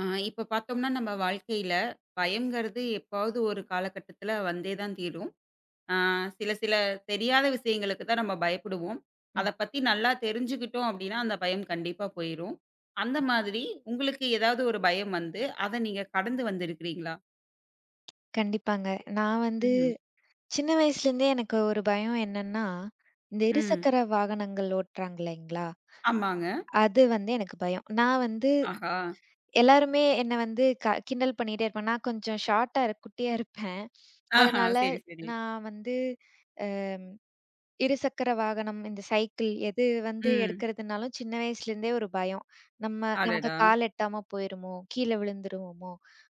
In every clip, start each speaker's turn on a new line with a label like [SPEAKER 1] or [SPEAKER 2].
[SPEAKER 1] ஆ, இப்ப பார்த்தோம்னா நம்ம வாழ்க்கையில பயம்ங்கிறது எப்பாவது ஒரு காலகட்டத்துல வந்தே தான் தீரும். ஆ, சில சில தெரியாத விஷயங்களுக்கு தான் நம்ம பயப்படுவோம். அத
[SPEAKER 2] ம்.
[SPEAKER 1] பத்தி நல்லா தெரிஞ்சுக்கிட்டோம் அப்படின்னா, அந்த பயம் கண்டிப்பா போயிரும். அந்த மாதிரி உங்களுக்கு ஏதாவது ஒரு பயம் வந்து, அத நீங்க கடந்து வந்திருக்கிறீங்களா?
[SPEAKER 2] கண்டிப்பாங்க. நான் வந்து
[SPEAKER 1] ம்.
[SPEAKER 2] சின்ன வயசுலேருந்தே எனக்கு ஒரு பயம் என்னன்னா, இந்த
[SPEAKER 1] ம்.
[SPEAKER 2] இருசக்கர வாகனங்கள் ஓட்டுறாங்க இல்லைங்களா?
[SPEAKER 1] ஆமாங்க.
[SPEAKER 2] அது வந்து எனக்கு பயம். நான் வந்து
[SPEAKER 1] ஆஹா!
[SPEAKER 2] எல்லாருமே என்ன வந்து கிண்டல் பண்ணிட்டே இருப்பாங்க. நான் கொஞ்சம் ஷார்ட்டா இருப் குட்டியா இருப்பேன்.
[SPEAKER 1] ஆஹா!
[SPEAKER 2] அதனால
[SPEAKER 1] சரி, சரி.
[SPEAKER 2] நான் வந்து அம் இருசக்கர வாகனம், இந்த சைக்கிள் எது வந்து
[SPEAKER 1] ம்.
[SPEAKER 2] எடுக்கிறதுனாலும் சின்ன வயசுலேருந்தே ஒரு பயம். நம்ம நமக்கு
[SPEAKER 1] அடடா!
[SPEAKER 2] கால் எட்டாம போயிருமோ! கீழ விழுந்துருவோமோ!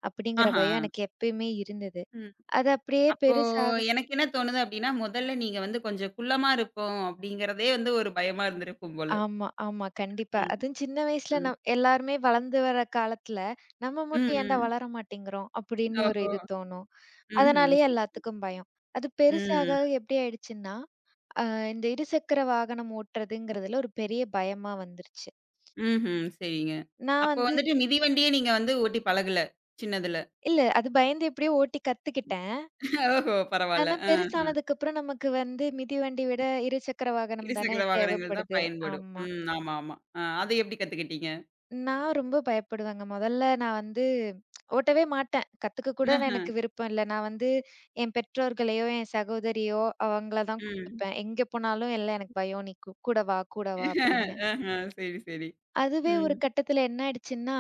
[SPEAKER 2] அப்படிங்கிற
[SPEAKER 1] ஆஹா!
[SPEAKER 2] பயம் எனக்கு எப்பயுமே இருந்தது.
[SPEAKER 1] ம்.
[SPEAKER 2] அது அப்படியே
[SPEAKER 1] அப்போ
[SPEAKER 2] பெருசா
[SPEAKER 1] எனக்கு என்ன தோணுது அப்படின்னா, முதல்ல நீங்க வந்து கொஞ்சம் குள்ளமா இருப்போம் அப்படிங்கிறதே வந்து ஒரு பயமா இருந்திருக்கும் போல.
[SPEAKER 2] ஆமா, ஆமா. கண்டிப்பா.
[SPEAKER 1] ம்,
[SPEAKER 2] அதுவும் சின்ன வயசுல
[SPEAKER 1] ம்.
[SPEAKER 2] நம் எல்லாருமே வளர்ந்து வர காலத்துல, நம்ம
[SPEAKER 1] ம்,
[SPEAKER 2] மட்டும் ஏன்டா
[SPEAKER 1] ம்.
[SPEAKER 2] வளர மாட்டேங்கிறோம்? அப்படின்னு ஒரு
[SPEAKER 1] ஓஹோ!
[SPEAKER 2] இது தோணும்.
[SPEAKER 1] ம்ஹ்ம்.
[SPEAKER 2] அதனாலேயே
[SPEAKER 1] சரி.
[SPEAKER 2] எல்லாத்துக்கும் பயம். அது பெருசாக
[SPEAKER 1] ம்.
[SPEAKER 2] எப்படி ஆயிடுச்சுன்னா, இந்த இருசக்கர வாகனம் ஓட்டுறதுங்கிறதுல ஒரு பெரிய பயமா வந்துருச்சு.
[SPEAKER 1] ம்ஹ்ம். சரிங்க.
[SPEAKER 2] நான்
[SPEAKER 1] அப்போ
[SPEAKER 2] வந்து
[SPEAKER 1] வந்துட்டு மிதிவண்டியே நீங்க வந்து ஓட்டி பழகல, சின்னதுல.
[SPEAKER 2] இல்ல அது பயந்து எப்படியோ ஓட்டி கத்துக்கிட்டேன்.
[SPEAKER 1] ஓஹோ! பரவால்ல.
[SPEAKER 2] ஆனா
[SPEAKER 1] ஆ.
[SPEAKER 2] பெருசானதுக்கு அப்புறம் நமக்கு வந்து மிதிவண்டி விட இருசக்கர வாகனம் தானே
[SPEAKER 1] இருசக்கர வாகனங்கள் தான்
[SPEAKER 2] தேவைப்படுது.
[SPEAKER 1] பயன்படும்.
[SPEAKER 2] ஆமா.
[SPEAKER 1] ம். ஆமா, ஆமா. ஆ அதை எப்படி கத்துக்கிட்டீங்க?
[SPEAKER 2] நான் ரொம்ப பயப்படுவேங்க. மொதல்ல நான் வந்து ஓட்டவே மாட்டேன். கத்துக்க கூட
[SPEAKER 1] ஆஹ.
[SPEAKER 2] எனக்கு விருப்பம் இல்ல. நான் வந்து என் பெற்றோர்களையோ, என் சகோதரியோ அவங்கள தான்
[SPEAKER 1] ம்.
[SPEAKER 2] கூப்ட்டுப்பேன். எங்க போனாலும் எல்லாம் எனக்கு பயம். "நீ கூட வா, கூட வா" அப்படின்னு.
[SPEAKER 1] ஆஹ. சரி, சரி.
[SPEAKER 2] அதுவே
[SPEAKER 1] ம்.
[SPEAKER 2] ஒரு கட்டத்துல என்ன ஆயிடுச்சுன்னா,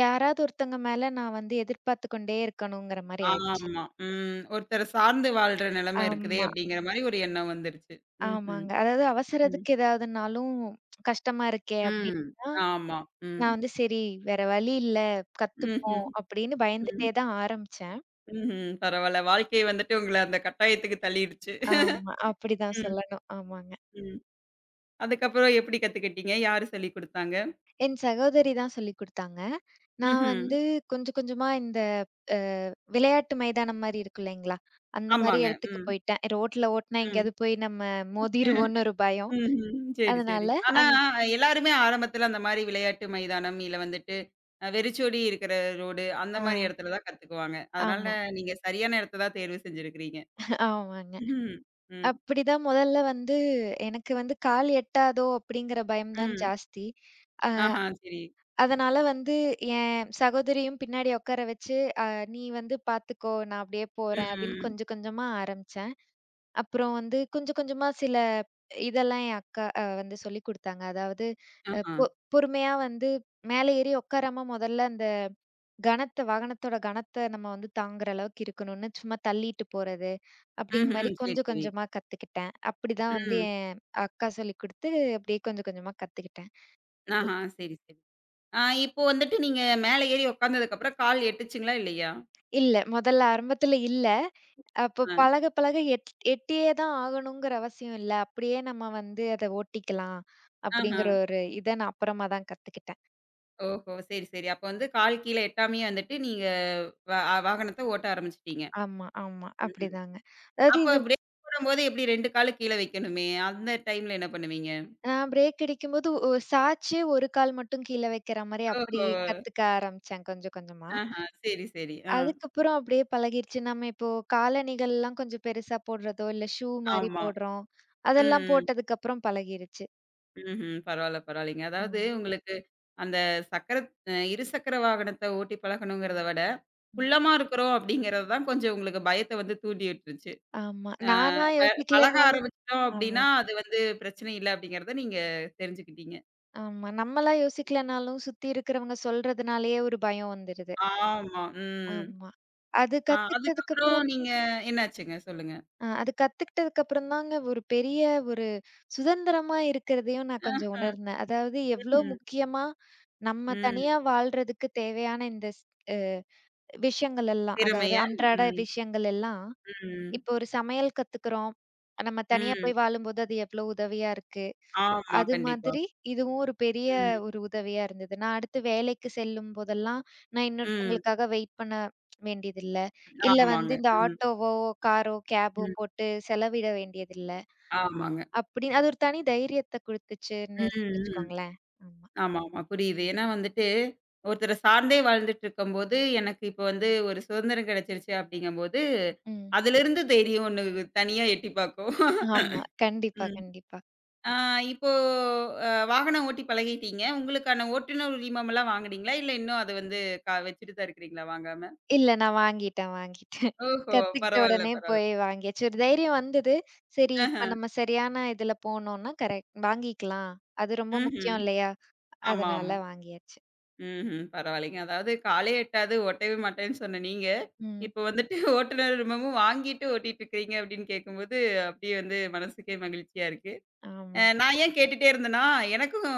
[SPEAKER 2] யாராவது ஒருத்தங்க மேல நான் வந்து எதிர்பார்த்து கொண்டே இருக்கணுங்கிற மாரி ஆயிடுச்சு.
[SPEAKER 1] ஆமா. ம். ஒருத்தர சார்ந்து வாழ்ற நிலைமை இருக்குதே
[SPEAKER 2] ஆமா,
[SPEAKER 1] அப்படிங்கிற மாரி ஒரு எண்ணம் வந்துருச்சு. ம்ஹ்ம்.
[SPEAKER 2] ஆமாங்க. அதாவது
[SPEAKER 1] ம்.
[SPEAKER 2] அவசரத்துக்கு ஏதாவதுனாலும் கஷ்டமா இருக்கே
[SPEAKER 1] ம்.
[SPEAKER 2] அப்படின்னா,
[SPEAKER 1] ஆமா. ம்.
[SPEAKER 2] நான் வந்து சரி வேற வழி இல்ல கத்துப்போம்
[SPEAKER 1] ம்ஹ்ம்.
[SPEAKER 2] அப்படின்னு
[SPEAKER 1] ம்.
[SPEAKER 2] பயந்துட்டே தான் ஆரம்பிச்சேன்.
[SPEAKER 1] ம்ஹ்ம். பரவால்ல. வாழ்க்கை வந்துட்டு உங்கள அந்த கட்டாயத்துக்கு தள்ளிடுச்சு.
[SPEAKER 2] ஆமா. அப்படிதான்
[SPEAKER 1] ம்,
[SPEAKER 2] சொல்லணும். ஆமாங்க.
[SPEAKER 1] ம். அதுக்கப்புறம் எப்படி கத்துக்கிட்டீங்க? யாரு சொல்லிக் குடுத்தாங்க?
[SPEAKER 2] என் சகோதரி தான் சொல்லிக் குடுத்தாங்க. நான்
[SPEAKER 1] ம்ஹ்ம்.
[SPEAKER 2] வந்து கொஞ்சம் கொஞ்சமா இந்த அ விளையாட்டு மைதானம் மாரி இருக்கும் இல்லைங்களா? அந்த மாரி
[SPEAKER 1] ஆமாங்க.
[SPEAKER 2] இடத்துக்கு
[SPEAKER 1] ம்,
[SPEAKER 2] போயிட்டேன். ரோட்ல ஓட்டுனா
[SPEAKER 1] ம்.
[SPEAKER 2] எங்கேயாவது போய் நம்ம மோதிருவோம்னு ஒரு பயம்.
[SPEAKER 1] ம்ஹ்ம். சரி, சரி.
[SPEAKER 2] அதனால
[SPEAKER 1] ஆனா
[SPEAKER 2] அங்
[SPEAKER 1] எல்லாருமே ஆரம்பத்துல அந்த மாரி விளையாட்டு மைதானம், இல்ல வந்துட்டு அ வெறிச்சோடி இருக்கிற ரோடு அந்த
[SPEAKER 2] ஆ
[SPEAKER 1] மாரி இடத்துல தான் கத்துக்குவாங்க. அதனால
[SPEAKER 2] ஆமா,
[SPEAKER 1] நீங்க சரியான இடத்த தான் தேர்வு செஞ்சிருக்கிறீங்க.
[SPEAKER 2] ஆமாங்க.
[SPEAKER 1] ம், ம்,
[SPEAKER 2] அப்படிதான் முதல்ல வந்து எனக்கு வந்து கால் எட்டாதோ அப்படிங்கிற பயம் தான்
[SPEAKER 1] ம்.
[SPEAKER 2] ஜாஸ்தி. அ
[SPEAKER 1] ஆஹா, சரி.
[SPEAKER 2] அதனால வந்து என் சகோதரியும் பின்னாடி உட்கார வச்சு, அ "நீ வந்து பார்த்துக்கோ, நான் அப்படியே
[SPEAKER 1] ம்,
[SPEAKER 2] போறேன்" அப்படின்னு
[SPEAKER 1] ம்.
[SPEAKER 2] கொஞ்சம் கொஞ்சமா ஆரம்பிச்சேன். அப்புறம் வந்து கொஞ்சம் கொஞ்சமா சில இதெல்லாம் என் அக்கா வந்து சொல்லிக் குடுத்தாங்க. அதாவது அ
[SPEAKER 1] ஆஹா.
[SPEAKER 2] பொ பொறுமையா வந்து மேல ஏறி உட்காராம முதல்ல அந்த கணத்த வாகனத்தோட கணத்த நம்ம வந்து தாங்குற அளவுக்கு இருக்கணும்னு சும்மா தள்ளிட்டு போறது, அப்படிங்கிற
[SPEAKER 1] ம்ஹ்ம்.
[SPEAKER 2] மாரி
[SPEAKER 1] சரி,
[SPEAKER 2] கொஞ்சம்
[SPEAKER 1] சரி.
[SPEAKER 2] கொஞ்சமா கத்துக்கிட்டேன். அப்படிதான் வந்து
[SPEAKER 1] ம்.
[SPEAKER 2] என் அக்கா சொல்லிக் குடுத்து அப்படியே கொஞ்சம் கொஞ்சமா கத்துக்கிட்டேன். இ
[SPEAKER 1] ஆஹா, சரி, சரி. ஆ இப்போ வந்துட்டு நீங்க மேல ஏறி உட்கார்ந்ததுக்கப்புறம் கால் எட்டுச்சுங்களா இல்லையா?
[SPEAKER 2] இல்ல முதல்ல ஆரம்பத்துல இல்ல. அப்ப
[SPEAKER 1] ஆ.
[SPEAKER 2] பழக, பழக எட்டியே தான் ஆகணுங்கிற அவசியம் இல்ல. அப்படியே நம்ம வந்து அத ஓட்டிக்கலாம்.
[SPEAKER 1] ஆஹா.
[SPEAKER 2] அப்படிங்கிற ஒரு இத நான் அப்புறமா தான் கத்துக்கிட்டேன்.
[SPEAKER 1] ஓஹோ! சரி, சரி. அப்ப வந்து கால் கீழ எட்டாமயே வந்துட்டு நீங்க வ வாகனத்த ஓட்ட ஆரம்பிச்சுட்டீங்க.
[SPEAKER 2] ஆமா, ஆமா.
[SPEAKER 1] ம்ஹ்ம்.
[SPEAKER 2] அப்படிதாங்க. அதாவது
[SPEAKER 1] அப்ப
[SPEAKER 2] இது
[SPEAKER 1] பிரேக் போடும்போது எப்படி 2 காலும் கீழ வைக்கணுமே! அந்த டைம்ல என்ன பண்ணுவீங்க?
[SPEAKER 2] நான் பிரேக் அடிக்கும்போது ஒ சாச்சு ஒரு கால் மட்டும் கீழ வைக்கிற மாரி அப்படி
[SPEAKER 1] ஓஹோ!
[SPEAKER 2] கத்துக்க ஆரம்பிச்சேன் கொஞ்சம் கொஞ்சமா.
[SPEAKER 1] ஆஹா. சரி, சரி. ஆ.
[SPEAKER 2] அதுக்கப்புறம் அப்படியே பழகிருச்சு. நம்ம இப்போ காலணிகள்லாம் கொஞ்சம் பெருசா போடுறதோ, இல்ல ஷூ மாரி
[SPEAKER 1] ஆமா.
[SPEAKER 2] போடுறோம்.
[SPEAKER 1] ம்,
[SPEAKER 2] அதெல்லாம்
[SPEAKER 1] ம்.
[SPEAKER 2] போட்டதுக்கு அப்புறம் பழகிருச்சு.
[SPEAKER 1] ம்ஹ்ம். பரவால்ல, பரவால்லைங்க. அதாவது
[SPEAKER 2] ம்,
[SPEAKER 1] உங்களுக்கு அந்த சக்கர அ இருசக்கர வாகனத்த ஓட்டி பழகணுங்கிறத விட,
[SPEAKER 2] ம்.
[SPEAKER 1] குள்ளமா இருக்கிறோம் அப்படிங்கிறது தான் கொஞ்சம் உங்களுக்கு பயத்த வந்து தூண்டி விட்டுருச்சு.
[SPEAKER 2] ஆமா. நானா
[SPEAKER 1] ப பழக
[SPEAKER 2] யோசிக்கலனாலும்
[SPEAKER 1] ஆரம்பிச்சுட்டோம்
[SPEAKER 2] ஆமா.
[SPEAKER 1] அப்படின்னா, அது வந்து பிரச்சனை இல்ல அப்படிங்கிறத நீங்க தெரிஞ்சுக்கிட்டீங்க.
[SPEAKER 2] ஆமா. நம்மளா யோசிக்கலனாலும், சுத்தி இருக்கிறவங்க சொல்றதுனாலயே ஒரு பயம் வந்துருது.
[SPEAKER 1] ஆமா. ம்.
[SPEAKER 2] ஆமா. அது
[SPEAKER 1] ஆ
[SPEAKER 2] கத்துக்கிட்டதுக்கு
[SPEAKER 1] அதுக்கப்புறம்
[SPEAKER 2] அப்புறம்
[SPEAKER 1] நீங்க என்னாச்சுங்க? சொல்லுங்க.
[SPEAKER 2] அது கத்துக்கிட்டதுக்கு அப்புறம் தாங்க ஒரு பெரிய ஒரு சுதந்திரமா இருக்கிறதையும் நான்
[SPEAKER 1] அ.
[SPEAKER 2] கொஞ்சம் உணர்ந்தேன். அதாவது எவ்ளோ
[SPEAKER 1] ம்ஹ்ம்.
[SPEAKER 2] முக்கியமா நம்ம
[SPEAKER 1] ம்.
[SPEAKER 2] தனியா வாழ்றதுக்கு தேவையான இந்த ஸ் அ விஷயங்கள் எல்லாம், அதாவது
[SPEAKER 1] திறமைய.
[SPEAKER 2] அன்றாட
[SPEAKER 1] ம்.
[SPEAKER 2] விஷயங்கள் எல்லாம்,
[SPEAKER 1] ம்.
[SPEAKER 2] இப்போ ஒரு சமையல் கத்துக்கிறோம். நம்ம தனியா
[SPEAKER 1] ம்.
[SPEAKER 2] போய் வாழும்போது அது எவ்ளோ உதவியா இருக்கு.
[SPEAKER 1] ஆமா.
[SPEAKER 2] அது
[SPEAKER 1] கண்டிப்பா.
[SPEAKER 2] மாதிரி இதுவும் ஒரு பெரிய
[SPEAKER 1] ம்.
[SPEAKER 2] ஒரு உதவியா இருந்தது. நான் அடுத்து வேலைக்கு செல்லும் போதெல்லாம், நான்
[SPEAKER 1] ம்.
[SPEAKER 2] இன்னொருத்தவங்களுக்காக வெயிட் பண்ண வேண்டியதில்ல. இல்ல
[SPEAKER 1] ஆமாங்க.
[SPEAKER 2] வந்து இந்த
[SPEAKER 1] ம்.
[SPEAKER 2] ஆட்டோவோ, காரோ, கேபோ
[SPEAKER 1] ம்.
[SPEAKER 2] போட்டு செலவிட வேண்டியதில்ல.
[SPEAKER 1] ஆமாங்க.
[SPEAKER 2] அப்படி அது ஒரு தனி தைரியத்த குடுத்துச்சுன்னு
[SPEAKER 1] ம். ம்.
[SPEAKER 2] வச்சுக்கோங்களேன். ஆமா.
[SPEAKER 1] ஆமா, ஆமா. புரியுது. ஏன்னா வந்துட்டு, ஒருத்தர சார்ந்தே வாழ்ந்துட்டு இருக்கும்போது, எனக்கு இப்ப வந்து ஒரு சுதந்திரம் கிடைச்சிருச்சு அப்படிங்கும்போது,
[SPEAKER 2] ம்.
[SPEAKER 1] அதிலிருந்து தைரியம் ஒண்ணு தனியா எட்டி பாக்கும்.
[SPEAKER 2] ஆமா.
[SPEAKER 1] ம்.
[SPEAKER 2] கண்டிப்பா, கண்டிப்பா.
[SPEAKER 1] ஆ இப்போ அ வாகனம் ஓட்டி பழகிட்டீங்க. உங்களுக்கான ஓட்டுநர் உரிமம்லாம் வாங்குனீங்களா? இல்ல இன்னும் அது வந்து க வச்சுட்டு தான் இருக்கிறீங்களா வாங்காம?
[SPEAKER 2] இல்ல வாங்கிட்டேன்.
[SPEAKER 1] ஓஹோ!
[SPEAKER 2] கத்துக்கிட்ட
[SPEAKER 1] பரவால்ல,
[SPEAKER 2] உடனே
[SPEAKER 1] பரவால்ல.
[SPEAKER 2] போய் வாங்கியாச்சு. ஒரு தைரியம் வந்தது. சரி, இப்ப
[SPEAKER 1] ஆஹ.
[SPEAKER 2] நம்ம சரியான இதுல போனோம்னா கரெக்ட் வாங்கிக்கலாம். அது ரொம்ப
[SPEAKER 1] ம்ஹ்ம்.
[SPEAKER 2] முக்கியம் இல்லையா?
[SPEAKER 1] ஆமா,
[SPEAKER 2] அதனால
[SPEAKER 1] ஆமா.
[SPEAKER 2] வாங்கியாச்சு.
[SPEAKER 1] ம்ஹ்ம். பரவாயில்லைங்க. அதாவது காலே எட்டாது ஓட்டவே மாட்டேன்னு சொன்ன நீங்க,
[SPEAKER 2] ம்.
[SPEAKER 1] இப்போ வந்துட்டு ஓட்டுநர் உரிமமும் வாங்கிட்டு ஓட்டிட்டு இருக்கிறீங்க அப்படின்னு கேட்கும்போது, அப்படியே வந்து மனசுக்கே மகிழ்ச்சியா இருக்கு. அ
[SPEAKER 2] ஆமா.
[SPEAKER 1] நான் ஏன் கேட்டுட்டே இருந்தேன்னா, எனக்கும்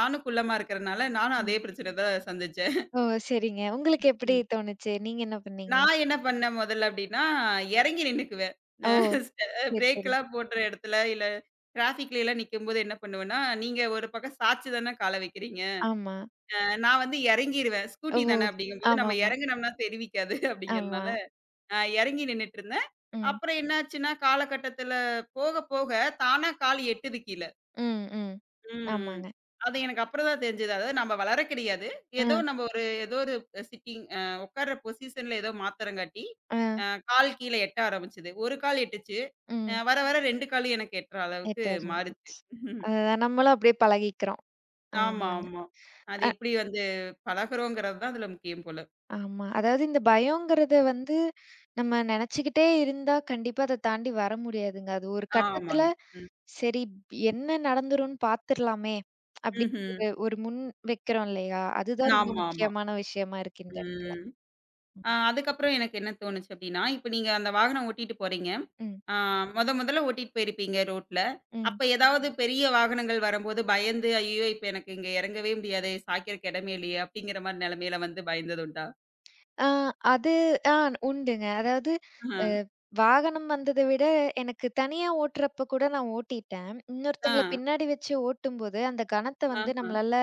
[SPEAKER 1] நானும் குள்ளமா இருக்கிறனால, நானும்
[SPEAKER 2] ம்.
[SPEAKER 1] அதே பிரச்சனை தான் சந்திச்சேன்.
[SPEAKER 2] ஓ! சரிங்க. உங்களுக்கு எப்படி தோணுச்சு? நீங்க என்ன பண்ணீங்க?
[SPEAKER 1] நான் என்ன பண்ணேன் முதல்ல அப்டின்னா, இறங்கி நின்னுக்குவேன்.
[SPEAKER 2] ஓ!
[SPEAKER 1] அ ஸ்ட
[SPEAKER 2] சரி, சரி.
[SPEAKER 1] பிரேக்லாம் போடுற இடத்துல, இல்ல டிராஃபிக்லலாம் நிக்கும்போது என்ன பண்ணுவேன்னா, நீங்க ஒரு பக்கம் சாய்ச்சு தானே கால வைக்கிறீங்க.
[SPEAKER 2] ஆமா.
[SPEAKER 1] அ நான் வந்து இறங்கிருவேன்.
[SPEAKER 2] ஓ!
[SPEAKER 1] ஸ்கூட்டி தானே அப்படிங்கும்போது நம்ம
[SPEAKER 2] ஆமாமா.
[SPEAKER 1] இறங்குனோம்னா தெரிவிக்காது
[SPEAKER 2] ஆமா.
[SPEAKER 1] அப்படிங்கிறனால, அ இறங்கி நின்னுட்டுருந்தேன்.
[SPEAKER 2] ம்.
[SPEAKER 1] அப்புறம் என்னாச்சுன்னா, காலகட்டத்தில போக போக தானா கால் எட்டுது கீழ.
[SPEAKER 2] ம், ம்.
[SPEAKER 1] ம், ம்.
[SPEAKER 2] ஆமாங்க.
[SPEAKER 1] அது எனக்கு அப்புறம் தான் தெரிஞ்சது. அதாவது நம்ம வளர கிடையாது.
[SPEAKER 2] ம்,
[SPEAKER 1] ஏதோ ஒரு சிட்டிங் அ உட்கார்ற பொசிஷன்ல ஏதோ மாத்துறங்காட்டி,
[SPEAKER 2] ம்,
[SPEAKER 1] அ கால் கீழ எட்ட ஆரம்பிச்சது. ஒரு கால் எட்டுச்சு.
[SPEAKER 2] ம்.
[SPEAKER 1] அ வர வர 2 காலும் எனக்கு எட்டுற அளவுக்கு
[SPEAKER 2] எட்ட
[SPEAKER 1] மாறுச்சு.
[SPEAKER 2] ஆரம்பிச்சிருச்சு.
[SPEAKER 1] ம்.
[SPEAKER 2] அதுதான் நம்மளும் அப்படியே பழகிக்கிறோம்.
[SPEAKER 1] ஆமா,
[SPEAKER 2] ஆமாங்க.
[SPEAKER 1] ஆமா. அது எப்படி வந்து பழகுறோங்கிறது தான் அதுல முக்கியம் போல.
[SPEAKER 2] ஆமா. அதாவது இந்த பயங்கிறத வந்து நம்ம நெனச்சுக்கிட்டே இருந்தா கண்டிப்பா அத தாண்டி வர முடியாதுங்க. அது ஒரு கட்டத்துல
[SPEAKER 1] ஆமாங்க. ம்.
[SPEAKER 2] சரி என்ன நடந்துரும்ன்னு பாத்துரலாமே அப்டின்னு ஒரு
[SPEAKER 1] ம்ஹ்ம்.
[SPEAKER 2] ஒரு முன் வைக்கிறோம் இல்லையா? அதுதான் ரொம்ப
[SPEAKER 1] ஆமா, ஆமா.
[SPEAKER 2] முக்கியமான விஷயமா இருக்கு இந்த இடத்துல.
[SPEAKER 1] ம். ஆ அதுக்கப்புறம் எனக்கு என்ன தோணுச்சு அப்டின்னா, இப்ப நீங்க அந்த வாகனம் ஓட்டிட்டு போறீங்க.
[SPEAKER 2] ம்,
[SPEAKER 1] ஆ மொதல்ல ஓட்டிட்டு போயிருப்பீங்க ரோட்ல.
[SPEAKER 2] ம்.
[SPEAKER 1] அப்ப ஏதாவது பெரிய வாகனங்கள் வரும்போது பயந்து, "ஐயயோ! இப்ப எனக்கு இங்க இறங்கவே முடியாதே! சாய்க்கிறக்கு இடமே இல்லையே!" அப்படிங்கிற மாரி நெலைமையில வந்து பயந்தது உண்டா?
[SPEAKER 2] ஆ அது ஆ உண்டுங்க. அதாவது
[SPEAKER 1] அஹ.
[SPEAKER 2] அ வாகனம் வந்தத விட எனக்கு தனியா ஓட்டுறப்ப கூட நான் ஓட்டிட்டேன்.
[SPEAKER 1] ஆ.
[SPEAKER 2] இன்னொருத்தங்கள பின்னாடி வச்சு ஓட்டும்போது அந்த கணத்த வந்து
[SPEAKER 1] ஆஹ.
[SPEAKER 2] நம்மளால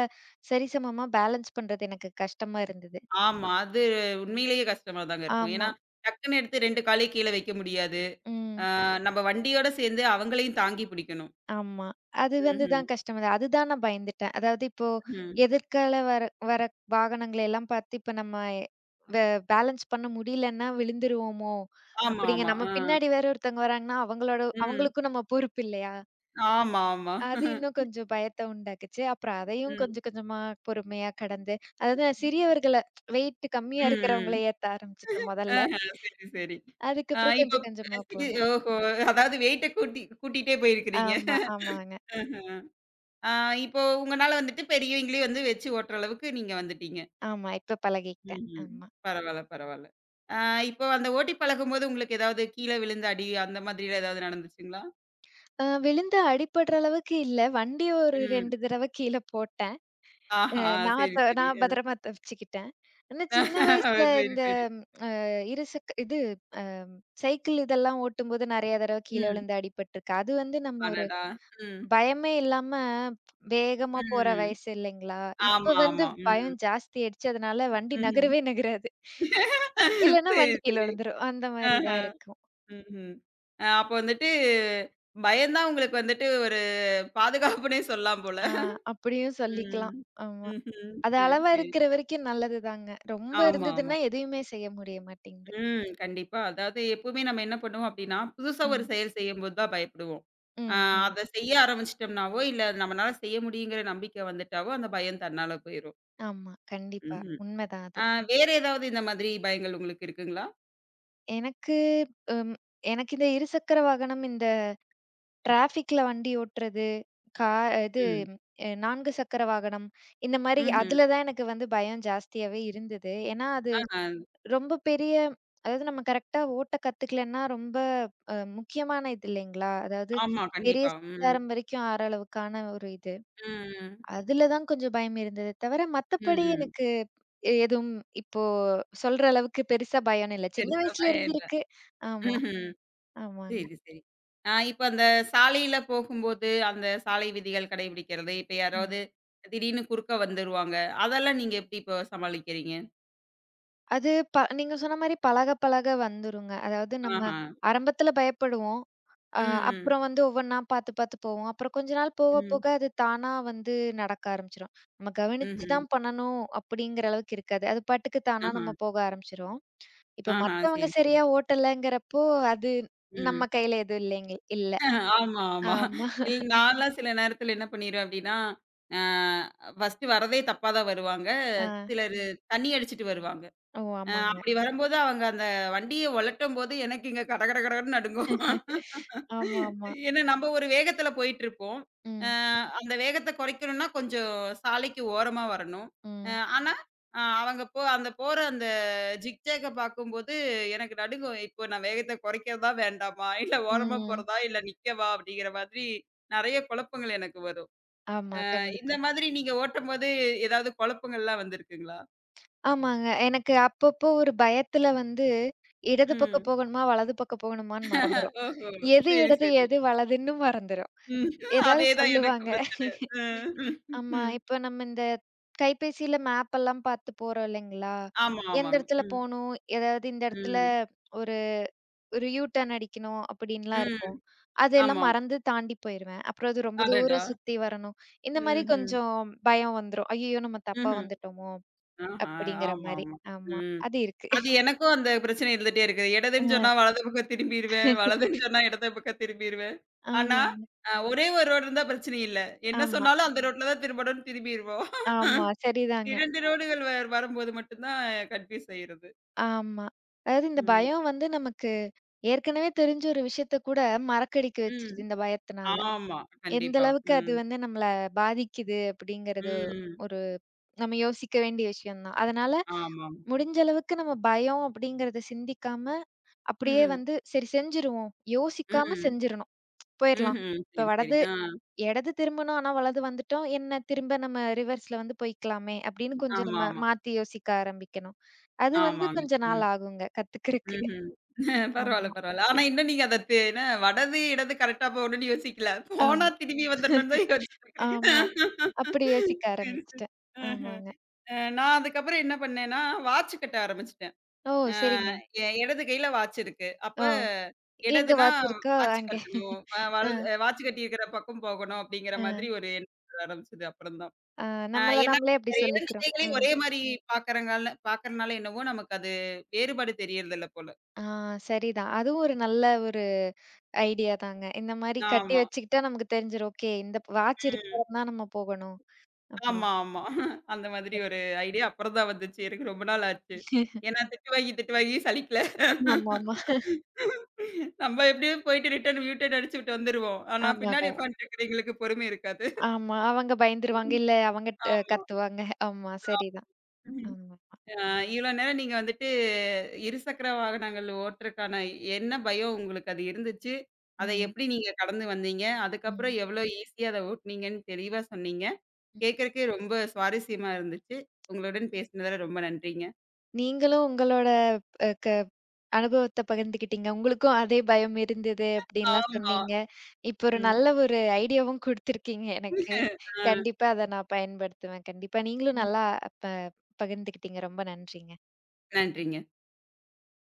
[SPEAKER 2] சரிசமமா பேலன்ஸ் பண்றது எனக்கு கஷ்டமா இருந்தது.
[SPEAKER 1] ஆமா. அது உண்மையிலேயே கஷ்டமா தாங்க இருக்கும். ஏன்னா,
[SPEAKER 2] ஆமா.
[SPEAKER 1] டக்குன்னு எடுத்து 2 காலையும் கீழ வைக்க முடியாது. ஆ
[SPEAKER 2] ம்.
[SPEAKER 1] நம்ம வண்டியோட சேர்ந்து அவங்களையும் தாங்கி பிடிக்கணும்.
[SPEAKER 2] ஆமா. அது வந்து
[SPEAKER 1] ம்ஹ்ம்.
[SPEAKER 2] தான் கஷ்டம். அதுதான் நான் பயந்துட்டேன். அதாவது இப்போ
[SPEAKER 1] ம்.
[SPEAKER 2] எதிர்கால வர வர வாகனங்கள எல்லாம் பார்த்து இப்ப நம்ம வே பேலன்ஸ் பண்ண முடியலன்னா விழுந்துருவோமோ!
[SPEAKER 1] ஆமா,
[SPEAKER 2] அப்பிடிங்க.
[SPEAKER 1] ஆமா.
[SPEAKER 2] நம்ம
[SPEAKER 1] ஆ.
[SPEAKER 2] பின்னாடி வேற ஒருத்தவங்க வராங்கன்னா, அவங்களோட
[SPEAKER 1] ம்.
[SPEAKER 2] அவங்களுக்கும் நம்ம பொறுப்பு இல்லயா!
[SPEAKER 1] ஆமா, ஆமா.
[SPEAKER 2] அது இன்னும் கொஞ்சம் பயத்த உண்டாக்குச்சு. அப்புறம் அதையும்
[SPEAKER 1] ம்.
[SPEAKER 2] கொஞ்சம் கொஞ்சமா பொறுமையா கடந்து, அதாவது நான் சிறியவர்கள வெயிட் கம்மியா இருக்கிறவங்கள
[SPEAKER 1] ம்.
[SPEAKER 2] ஏத்த ஆரம்பிச்சுட்டேன் முதல்ல.
[SPEAKER 1] ஆஹா. சரி, சரி. ஆ
[SPEAKER 2] அதுக்கப்புறம்
[SPEAKER 1] இப்போ
[SPEAKER 2] கொஞ்சம் கொஞ்சமா
[SPEAKER 1] பிளாஸ்டிக்
[SPEAKER 2] போனேன்.
[SPEAKER 1] ஓஹோ! அதாவது வெயிட்ட கூட்டிட்டே போயிருக்கிறீங்க.
[SPEAKER 2] ஆமா, ஆமாங்க.
[SPEAKER 1] ஆஹா. ஆ இப்போ உங்கனால வந்துட்டு பெரியவங்களையும் வந்து வச்சு ஓட்டுற அளவுக்கு நீங்க வந்துட்டீங்க.
[SPEAKER 2] ஆமா. இப்ப பழகிக்கிட்டேன்.
[SPEAKER 1] ம்ஹ்ம்.
[SPEAKER 2] ஆமா.
[SPEAKER 1] பரவால்ல, பரவால்ல. ஆ இப்போ அந்த ஓட்டி பழகும்போது உங்களுக்கு ஏதாவது கீழ விழுந்து அடி அந்த மாதிரிலாம் ஏதாவது நடந்துச்சுங்களா?
[SPEAKER 2] விழுந்து அடிபடுற அளவுக்கு இல்ல. வண்டி ஒரு
[SPEAKER 1] ம்.
[SPEAKER 2] 2 தடவ கீழ போட்டேன். அ
[SPEAKER 1] ஆஹா!
[SPEAKER 2] நான்
[SPEAKER 1] சரி,
[SPEAKER 2] த
[SPEAKER 1] சரி.
[SPEAKER 2] நான்
[SPEAKER 1] அ.
[SPEAKER 2] பத்திரமா தப்பிச்சுக்கிட்டேன். ஆனா சின்ன வயசுல
[SPEAKER 1] சரி,
[SPEAKER 2] இந்த
[SPEAKER 1] சரி.
[SPEAKER 2] இருசக்க இது அ சைக்கிள் இதெல்லாம் ஓட்டும்போது நெறைய தடவ கீழ
[SPEAKER 1] ம்.
[SPEAKER 2] விழுந்து அடிபட்டுருக்கு. அது வந்து நம்ம ஒரு
[SPEAKER 1] அடடா! ம்.
[SPEAKER 2] பயமே இல்லாம வேகமா போற
[SPEAKER 1] ம்.
[SPEAKER 2] வயசு இல்லைங்களா? இப்ப
[SPEAKER 1] ஆமா,
[SPEAKER 2] வந்து
[SPEAKER 1] ஆமா. ம்.
[SPEAKER 2] பயம் ஜாஸ்தி ஆயிடுச்சு. அதனால வண்டி
[SPEAKER 1] ம்ஹ்ம்.
[SPEAKER 2] நகரவே நகராது. இல்லன்னா
[SPEAKER 1] சரி,
[SPEAKER 2] வண்டி கீழ
[SPEAKER 1] சரி.
[SPEAKER 2] விழுந்துரும். அந்த மாரி
[SPEAKER 1] ஆஹ.
[SPEAKER 2] தான் இருக்கும்.
[SPEAKER 1] ம்ஹ்ம். அ அப்போ வந்துட்டு பயம் தான் உங்களுக்கு வந்துட்டு ஒரு பாதுகாப்புன்னே சொல்லலாம் போல.
[SPEAKER 2] ஆ அப்படியும்
[SPEAKER 1] ம்.
[SPEAKER 2] சொல்லிக்கலாம். ஆமா.
[SPEAKER 1] ம்ஹ்ம்.
[SPEAKER 2] அது
[SPEAKER 1] சரி,
[SPEAKER 2] அளவா
[SPEAKER 1] சரி.
[SPEAKER 2] இருக்கிற வரைக்கும் நல்லதுதாங்க. ரொம்ப
[SPEAKER 1] ஆமா, ஆமா.
[SPEAKER 2] இருந்ததுன்னா, எதையுமே செய்ய முடிய மாட்டேங்குது.
[SPEAKER 1] ம். கண்டிப்பா. அதாவது எப்பவுமே நம்ம என்ன பண்ணுவோம் அப்டின்னா, புதுசா ஒரு
[SPEAKER 2] ம்.
[SPEAKER 1] செயல் செய்யும்போது தான் பயப்படுவோம். அ
[SPEAKER 2] ம். ம்.
[SPEAKER 1] அத செய்ய ஆரம்பிச்சுட்டோம்னாவோ, இல்ல நம்மனால செய்ய முடியுங்கிற நம்பிக்கை வந்துட்டாவோ, அந்த பயம் தன்னால போயிரும்.
[SPEAKER 2] ஆமா. கண்டிப்பா.
[SPEAKER 1] ம்ஹ்ம்.
[SPEAKER 2] உண்மதான் அது.
[SPEAKER 1] அ வேற ஏதாவது இந்த மாதிரி பயங்கள் உங்களுக்கு இருக்குங்களா?
[SPEAKER 2] எனக்கு ம் எனக்கு இந்த இருசக்கர வாகனம், இந்த டிராஃபிக்ல வண்டி ஓட்டுறது, கா இது
[SPEAKER 1] ம்.
[SPEAKER 2] அ 4 சக்கர வாகனம், இந்த மாரி
[SPEAKER 1] ம்ஹ்ம்.
[SPEAKER 2] அதுல தான் எனக்கு வந்து பயம் ஜாஸ்தியாவே இருந்தது. ஏன்னா, அது
[SPEAKER 1] ஆ
[SPEAKER 2] ரொம்ப பெரிய அதாவது நம்ம கரெக்ட்டா ஓட்ட கத்துக்கலன்னா, ரொம்ப முக்கியமான இது இல்லைங்களா? அதாவது
[SPEAKER 1] ஆமா.
[SPEAKER 2] பெரிய
[SPEAKER 1] கண்டிப்பா. ம்.
[SPEAKER 2] சிதாரம் வரைக்கும் ஆற அளவுக்கான ஒரு இது.
[SPEAKER 1] ம்.
[SPEAKER 2] அதுல தான் கொஞ்சம் பயம் இருந்ததே தவிர,
[SPEAKER 1] ம்.
[SPEAKER 2] மத்தபடி
[SPEAKER 1] ம்.
[SPEAKER 2] எனக்கு எதுவும் இப்போ சொல்ற அளவுக்கு பெருசா பயம் இல்ல. சின்ன
[SPEAKER 1] பெருசா
[SPEAKER 2] வயசுல
[SPEAKER 1] பயம் இல்ல.
[SPEAKER 2] இருந்திருக்கு. ஆமா,
[SPEAKER 1] ம்ஹ்ம்.
[SPEAKER 2] ஆமாங்க.
[SPEAKER 1] சரி, சரி. ஆ இப்ப அந்த சாலையில போகும்போது, அந்த சாலை விதிகள் கடைபிடிக்கிறது, இப்ப
[SPEAKER 2] ம்.
[SPEAKER 1] யாராவது திடீர்னு குறுக்க வந்துருவாங்க. அதெல்லாம் நீங்க எப்படி இப்போ சமாளிக்கிறீங்க?
[SPEAKER 2] அது ப நீங்க சொன்ன மாரி பழக பழக வந்துருங்க. அதாவது நம்ம
[SPEAKER 1] ஆஹா.
[SPEAKER 2] ஆரம்பத்துல பயப்படுவோம். அ
[SPEAKER 1] ம், ம்,
[SPEAKER 2] அப்புறம் வந்து ஒவ்வொன்னா பாத்து பாத்து போவோம். அப்புறம் கொஞ்ச நாள் போக
[SPEAKER 1] ம்,
[SPEAKER 2] போக அது தானா வந்து நடக்க ஆரம்பிச்சுரும். நம்ம கவனிச்சு
[SPEAKER 1] ம்ஹ்ம்.
[SPEAKER 2] தான் பண்ணணும் அப்படிங்கிற அளவுக்கு இருக்காது. அது பாட்டுக்கு தானா
[SPEAKER 1] ஆஹா,
[SPEAKER 2] நம்ம போக ஆரம்பிச்சுரும். இப்ப
[SPEAKER 1] ஆஹா.
[SPEAKER 2] மத்தவங்க
[SPEAKER 1] சரி, சரி.
[SPEAKER 2] சரியா ஓட்டலங்கிறப்போ, அது நம்ம
[SPEAKER 1] ம்.
[SPEAKER 2] கையில எதுவும் இல்லைங்க இல்ல.
[SPEAKER 1] ஆமா, ஆமா.
[SPEAKER 2] ஆமா.
[SPEAKER 1] இல் நான்லாம் சில நேரத்தில என்ன பண்ணிருவேன் அப்படின்னா, ஆ ஃபர்ஸ்ட்டு வரதே தப்பா தான் வருவாங்க.
[SPEAKER 2] ஆ.
[SPEAKER 1] சிலரு தண்ணி அடிச்சுட்டு வருவாங்க.
[SPEAKER 2] ஓ!
[SPEAKER 1] அ
[SPEAKER 2] ஆமாங்க.
[SPEAKER 1] அப்படி வரும்போது அவங்க அந்த வண்டிய ஒலட்டும்போது எனக்கு இங்க கட கட கடன்னு நடுங்கும்.
[SPEAKER 2] ஆமா, ஆமா.
[SPEAKER 1] ஏன்னா, நம்ப ஒரு வேகத்துல போயிட்டுருப்போம். அ
[SPEAKER 2] ம்.
[SPEAKER 1] அந்த வேகத்த குறைக்கணும்னா, கொஞ்சம் சாலைக்கு ஓரமா வரணும். அ
[SPEAKER 2] ம்.
[SPEAKER 1] ஆனா, அ அவங்க போ அந்த போற அந்த ஜிக்ஜேக்க பார்க்கும்போது, எனக்கு நடுங்கும். இப்போ நான் வேகத்த குறைக்கிறதா? வேண்டாமா? இல்ல ஓரமா
[SPEAKER 2] ம்.
[SPEAKER 1] போறதா? இல்ல நிக்கவா? அப்படிங்கிற மாதிரி நெறைய குழப்பங்கள் எனக்கு வரும்.
[SPEAKER 2] ஆமா,
[SPEAKER 1] அ இந்த
[SPEAKER 2] கண்டிப்பா.
[SPEAKER 1] மாதிரி நீங்க ஓட்டும்போது ஏதாவது குழப்பங்கள்லாம் வந்திருக்குங்களா?
[SPEAKER 2] ஆமாங்க. எனக்கு அப்பப்போ ஒரு பயத்துல வந்து, இடது பக்கம்
[SPEAKER 1] ம்.
[SPEAKER 2] போகணுமா? வலது பக்கம் போகணுமான்னு மறந்துரும்.
[SPEAKER 1] ஓஹோ!
[SPEAKER 2] எது
[SPEAKER 1] சரி,
[SPEAKER 2] இடது?
[SPEAKER 1] சரி.
[SPEAKER 2] எது வலதுன்னு மறந்துரும்.
[SPEAKER 1] ம்.
[SPEAKER 2] ஏதாவது
[SPEAKER 1] அதே தான்
[SPEAKER 2] சொல்லுவாங்க.
[SPEAKER 1] எனக்கும் பிரச்சனை. அ. ம்.
[SPEAKER 2] ஆமா,
[SPEAKER 1] ம்.
[SPEAKER 2] இப்ப நம்ம இந்த கைபேசியில மேப் எல்லாம் பாத்து போறோம் இல்லைங்களா?
[SPEAKER 1] ஆமா,
[SPEAKER 2] எந்த
[SPEAKER 1] ஆமாங்க.
[SPEAKER 2] இடத்துல
[SPEAKER 1] ம்.
[SPEAKER 2] போணும்? ஏதாவது இந்த இடத்துல
[SPEAKER 1] ம்.
[SPEAKER 2] ஒரு ஒரு யூ டர்ன் அடிக்கணும் அப்படின்லாம்
[SPEAKER 1] ம்.
[SPEAKER 2] இருக்கும். அதெல்லாம்
[SPEAKER 1] ஆமா.
[SPEAKER 2] மறந்து தாண்டி போயிருவேன். அப்புறம் அது ரொம்ப
[SPEAKER 1] அடடா!
[SPEAKER 2] தூரம் சுத்தி வரணும். இந்த மாரி
[SPEAKER 1] ம்ஹ்ம்.
[SPEAKER 2] கொஞ்சம் பயம் வந்துரும். ஐய்யயோ! நம்ம தப்பா
[SPEAKER 1] ம்ஹ்ம்.
[SPEAKER 2] வந்துட்டோமோ!
[SPEAKER 1] ஆஹா.
[SPEAKER 2] அப்படிங்கிற
[SPEAKER 1] ஆமா,
[SPEAKER 2] மாரி.
[SPEAKER 1] ஆமா.
[SPEAKER 2] ஆமா.
[SPEAKER 1] ம்.
[SPEAKER 2] அது இருக்கு.
[SPEAKER 1] அது எனக்கும் அந்த பிரச்சனை இருந்துட்டே இருக்குது. இடதுன்னு
[SPEAKER 2] அ
[SPEAKER 1] சொன்னா வலது பக்கம் திரும்பிருவேன். வலதுன்னு சொன்னா இடது பக்கம் திரும்பிருவேன். ஆனா,
[SPEAKER 2] ஆமாங்க.
[SPEAKER 1] அ ஒரே ஒரு ரோடு இருந்தா பிரச்சனை இல்ல. என்ன
[SPEAKER 2] ஆமா,
[SPEAKER 1] சொன்னாலும் அந்த ரோட்ல தான் திரும்பணும்னு திரும்பிருவோம்.
[SPEAKER 2] ஆமா. சரிதாங்க.
[SPEAKER 1] 2 ரோடுகள் வரும்போது மட்டும் தான் கன்ஃப்யூஸ் ஆயிறது.
[SPEAKER 2] ஆமா. அதாவது இந்த
[SPEAKER 1] ம்.
[SPEAKER 2] பயம் வந்து நமக்கு ஏற்கனவே தெரிஞ்ச ஒரு விஷயத்த கூட மறக்கடிக்க
[SPEAKER 1] ம்.
[SPEAKER 2] வச்சுருது இந்த பயத்தினால.
[SPEAKER 1] ஆமா.
[SPEAKER 2] எந்த
[SPEAKER 1] கண்டிப்பா.
[SPEAKER 2] அளவுக்கு அது
[SPEAKER 1] ம்.
[SPEAKER 2] வந்து நம்மள பாதிக்குது அப்படிங்கிறது
[SPEAKER 1] ம்.
[SPEAKER 2] ஒரு நம்ம யோசிக்க வேண்டிய விஷயம் தான். அதனால
[SPEAKER 1] ஆமாம்.
[SPEAKER 2] முடிஞ்ச அளவுக்கு நம்ம பயம் அப்படிங்கிறத சிந்திக்காம, அப்படியே
[SPEAKER 1] ம்.
[SPEAKER 2] வந்து சரி செஞ்சுருவோம். யோசிக்காம
[SPEAKER 1] ம்.
[SPEAKER 2] செஞ்சிரணும். போயிரலாம்.
[SPEAKER 1] ம்ஹ்ம்.
[SPEAKER 2] இப்ப
[SPEAKER 1] சரி, சரி. ஆ.
[SPEAKER 2] இடது திரும்பணும், ஆனா வலது வந்துட்டோம். என்ன திரும்ப நம்ம ரிவர்ஸ்ல வந்து போய்க்கலாமே அப்படின்னு கொஞ்சம்
[SPEAKER 1] ஆமா,
[SPEAKER 2] நம்ம
[SPEAKER 1] ஆமா.
[SPEAKER 2] மாத்தி யோசிக்க ஆரம்பிக்கணும். அது வந்து
[SPEAKER 1] ஆமாங்க.
[SPEAKER 2] கொஞ்ச
[SPEAKER 1] ம்.
[SPEAKER 2] நாள் ஆகுங்க கத்துக்கிறக்கு.
[SPEAKER 1] ம்ஹ்ம். பரவால்ல,
[SPEAKER 2] ஆமா,
[SPEAKER 1] பரவால்ல. ஆனா இன்னும் நீங்க அத என்ன வடது, இடது கரெக்ட்டா போகணும்னு யோசிக்கல. போனா
[SPEAKER 2] ஆமா,
[SPEAKER 1] திரும்பி வந்துரணும்னு தான் யோசிச்சுட்டு இருக்கிறீங்க.
[SPEAKER 2] ஆமா. அப்படி யோசிக்க
[SPEAKER 1] சரி, சரி.
[SPEAKER 2] ஆரம்பிச்சுட்டேன்.
[SPEAKER 1] ஆஹ.
[SPEAKER 2] ஆமாங்க.
[SPEAKER 1] அ நான் அதுக்கப்புறம் என்ன பண்ணேன்னா, வாட்ச் கட்ட ஆரம்பிச்சுட்டேன்.
[SPEAKER 2] ஓ!
[SPEAKER 1] அ
[SPEAKER 2] சரிங்க.
[SPEAKER 1] என் இடது கையில வாட்ச் இருக்கு. அப்ப
[SPEAKER 2] ஓ! எங்க
[SPEAKER 1] இடதுன்னா
[SPEAKER 2] வாட்ச் இருக்கோ
[SPEAKER 1] வாட்ச்
[SPEAKER 2] அங்க.
[SPEAKER 1] கட்டணும். அ
[SPEAKER 2] அ,
[SPEAKER 1] வலது வாட்ச் கட்டியிருக்கிற பக்கம் போகணும் அப்படிங்கிற மாதிரி
[SPEAKER 2] அ,
[SPEAKER 1] ஒரு எண்ணம் வர ஆரம்பிச்சது அப்புறம் தான்.
[SPEAKER 2] அ
[SPEAKER 1] அ
[SPEAKER 2] நம்மள
[SPEAKER 1] ஏன்னா
[SPEAKER 2] நம்மளே அப்படி
[SPEAKER 1] 2
[SPEAKER 2] சொல்லிக்கிறோம்.
[SPEAKER 1] கைகளையும் ஒரே மாரி பார்க்கறனால என்னவோ நமக்கு அது வேறுபாடு தெரியறதில்ல போல.
[SPEAKER 2] ஆ சரிதான். அதுவும் ஒரு நல்ல ஒரு ஐடியா தாங்க. இந்த மாரி கட்டி
[SPEAKER 1] ஆமா.
[SPEAKER 2] வச்சுக்கிட்டா நமக்கு தெரிஞ்சிரும். ஓகே இந்த வாட்ச் இருக்கிற
[SPEAKER 1] ம்.
[SPEAKER 2] வரைக்கும் தான் நம்ம போகணும். அப்படி.
[SPEAKER 1] ஆமா, ஆமா. அந்த மாதிரி ஒரு ஐடியா அப்புறம் தான் வந்துச்சு. எனக்கு ரொம்ப நாள் ஆச்சு. ஏன்னா திட்டு வாங்கி, திட்டு வாங்கி சலிக்கல.
[SPEAKER 2] ஆமாமா.
[SPEAKER 1] நம்ம எப்படியும் போயிட்டு யூட்டர்ன் அடிச்சுட்டு வந்துருவோம். ஆனா
[SPEAKER 2] ஆமாங்க.
[SPEAKER 1] பின்னாடி உட்காந்துருக்கிறவங்களுக்கு பொறுமை இருக்காது.
[SPEAKER 2] ஆமா. அவங்க பயந்துருவாங்க. இல்ல அவங்க
[SPEAKER 1] ஆமா.
[SPEAKER 2] கத்துவாங்க. ஆமா சரிதான். ஆமாமா.
[SPEAKER 1] ஆ இவ்வளோ நேரம் நீங்க வந்துட்டு இருசக்கர வாகனங்கள் ஓட்டுறக்கான என்ன பயம் உங்களுக்கு அது இருந்துச்சு? அத
[SPEAKER 2] ம்.
[SPEAKER 1] எப்படி நீங்க கடந்து வந்தீங்க? அதுக்கப்புறம்
[SPEAKER 2] ம்.
[SPEAKER 1] எவ்வளோ ஈஸியா அத ஓட்டுனீங்கன்னு தெளிவா சொன்னீங்க.
[SPEAKER 2] ம்.
[SPEAKER 1] கேட்கறக்கே ரொம்ப சுவாரஸ்யமா இருந்துச்சு. உங்களுடன் பேசினதுல ரொம்ப நன்றிங்க.
[SPEAKER 2] நீங்களும் உங்களோட அ க அனுபவத்த பகிர்ந்துக்கிட்டீங்க. உங்களுக்கும் அதே பயம் இருந்தது அப்படின்லாம்
[SPEAKER 1] ஆமா.
[SPEAKER 2] சொன்னீங்க. இப்போ ஒரு
[SPEAKER 1] ம்.
[SPEAKER 2] நல்ல ஒரு ஐடியாவும் குடுத்துருக்கீங்க எனக்கு.
[SPEAKER 1] அ.
[SPEAKER 2] கண்டிப்பா அத நான் பயன்படுத்துவேன். கண்டிப்பா நீங்களும்
[SPEAKER 1] ம்.
[SPEAKER 2] நல்லா ப பகிர்ந்துக்கிட்டீங்க. ரொம்ப நன்றிங்க.
[SPEAKER 1] நன்றிங்க.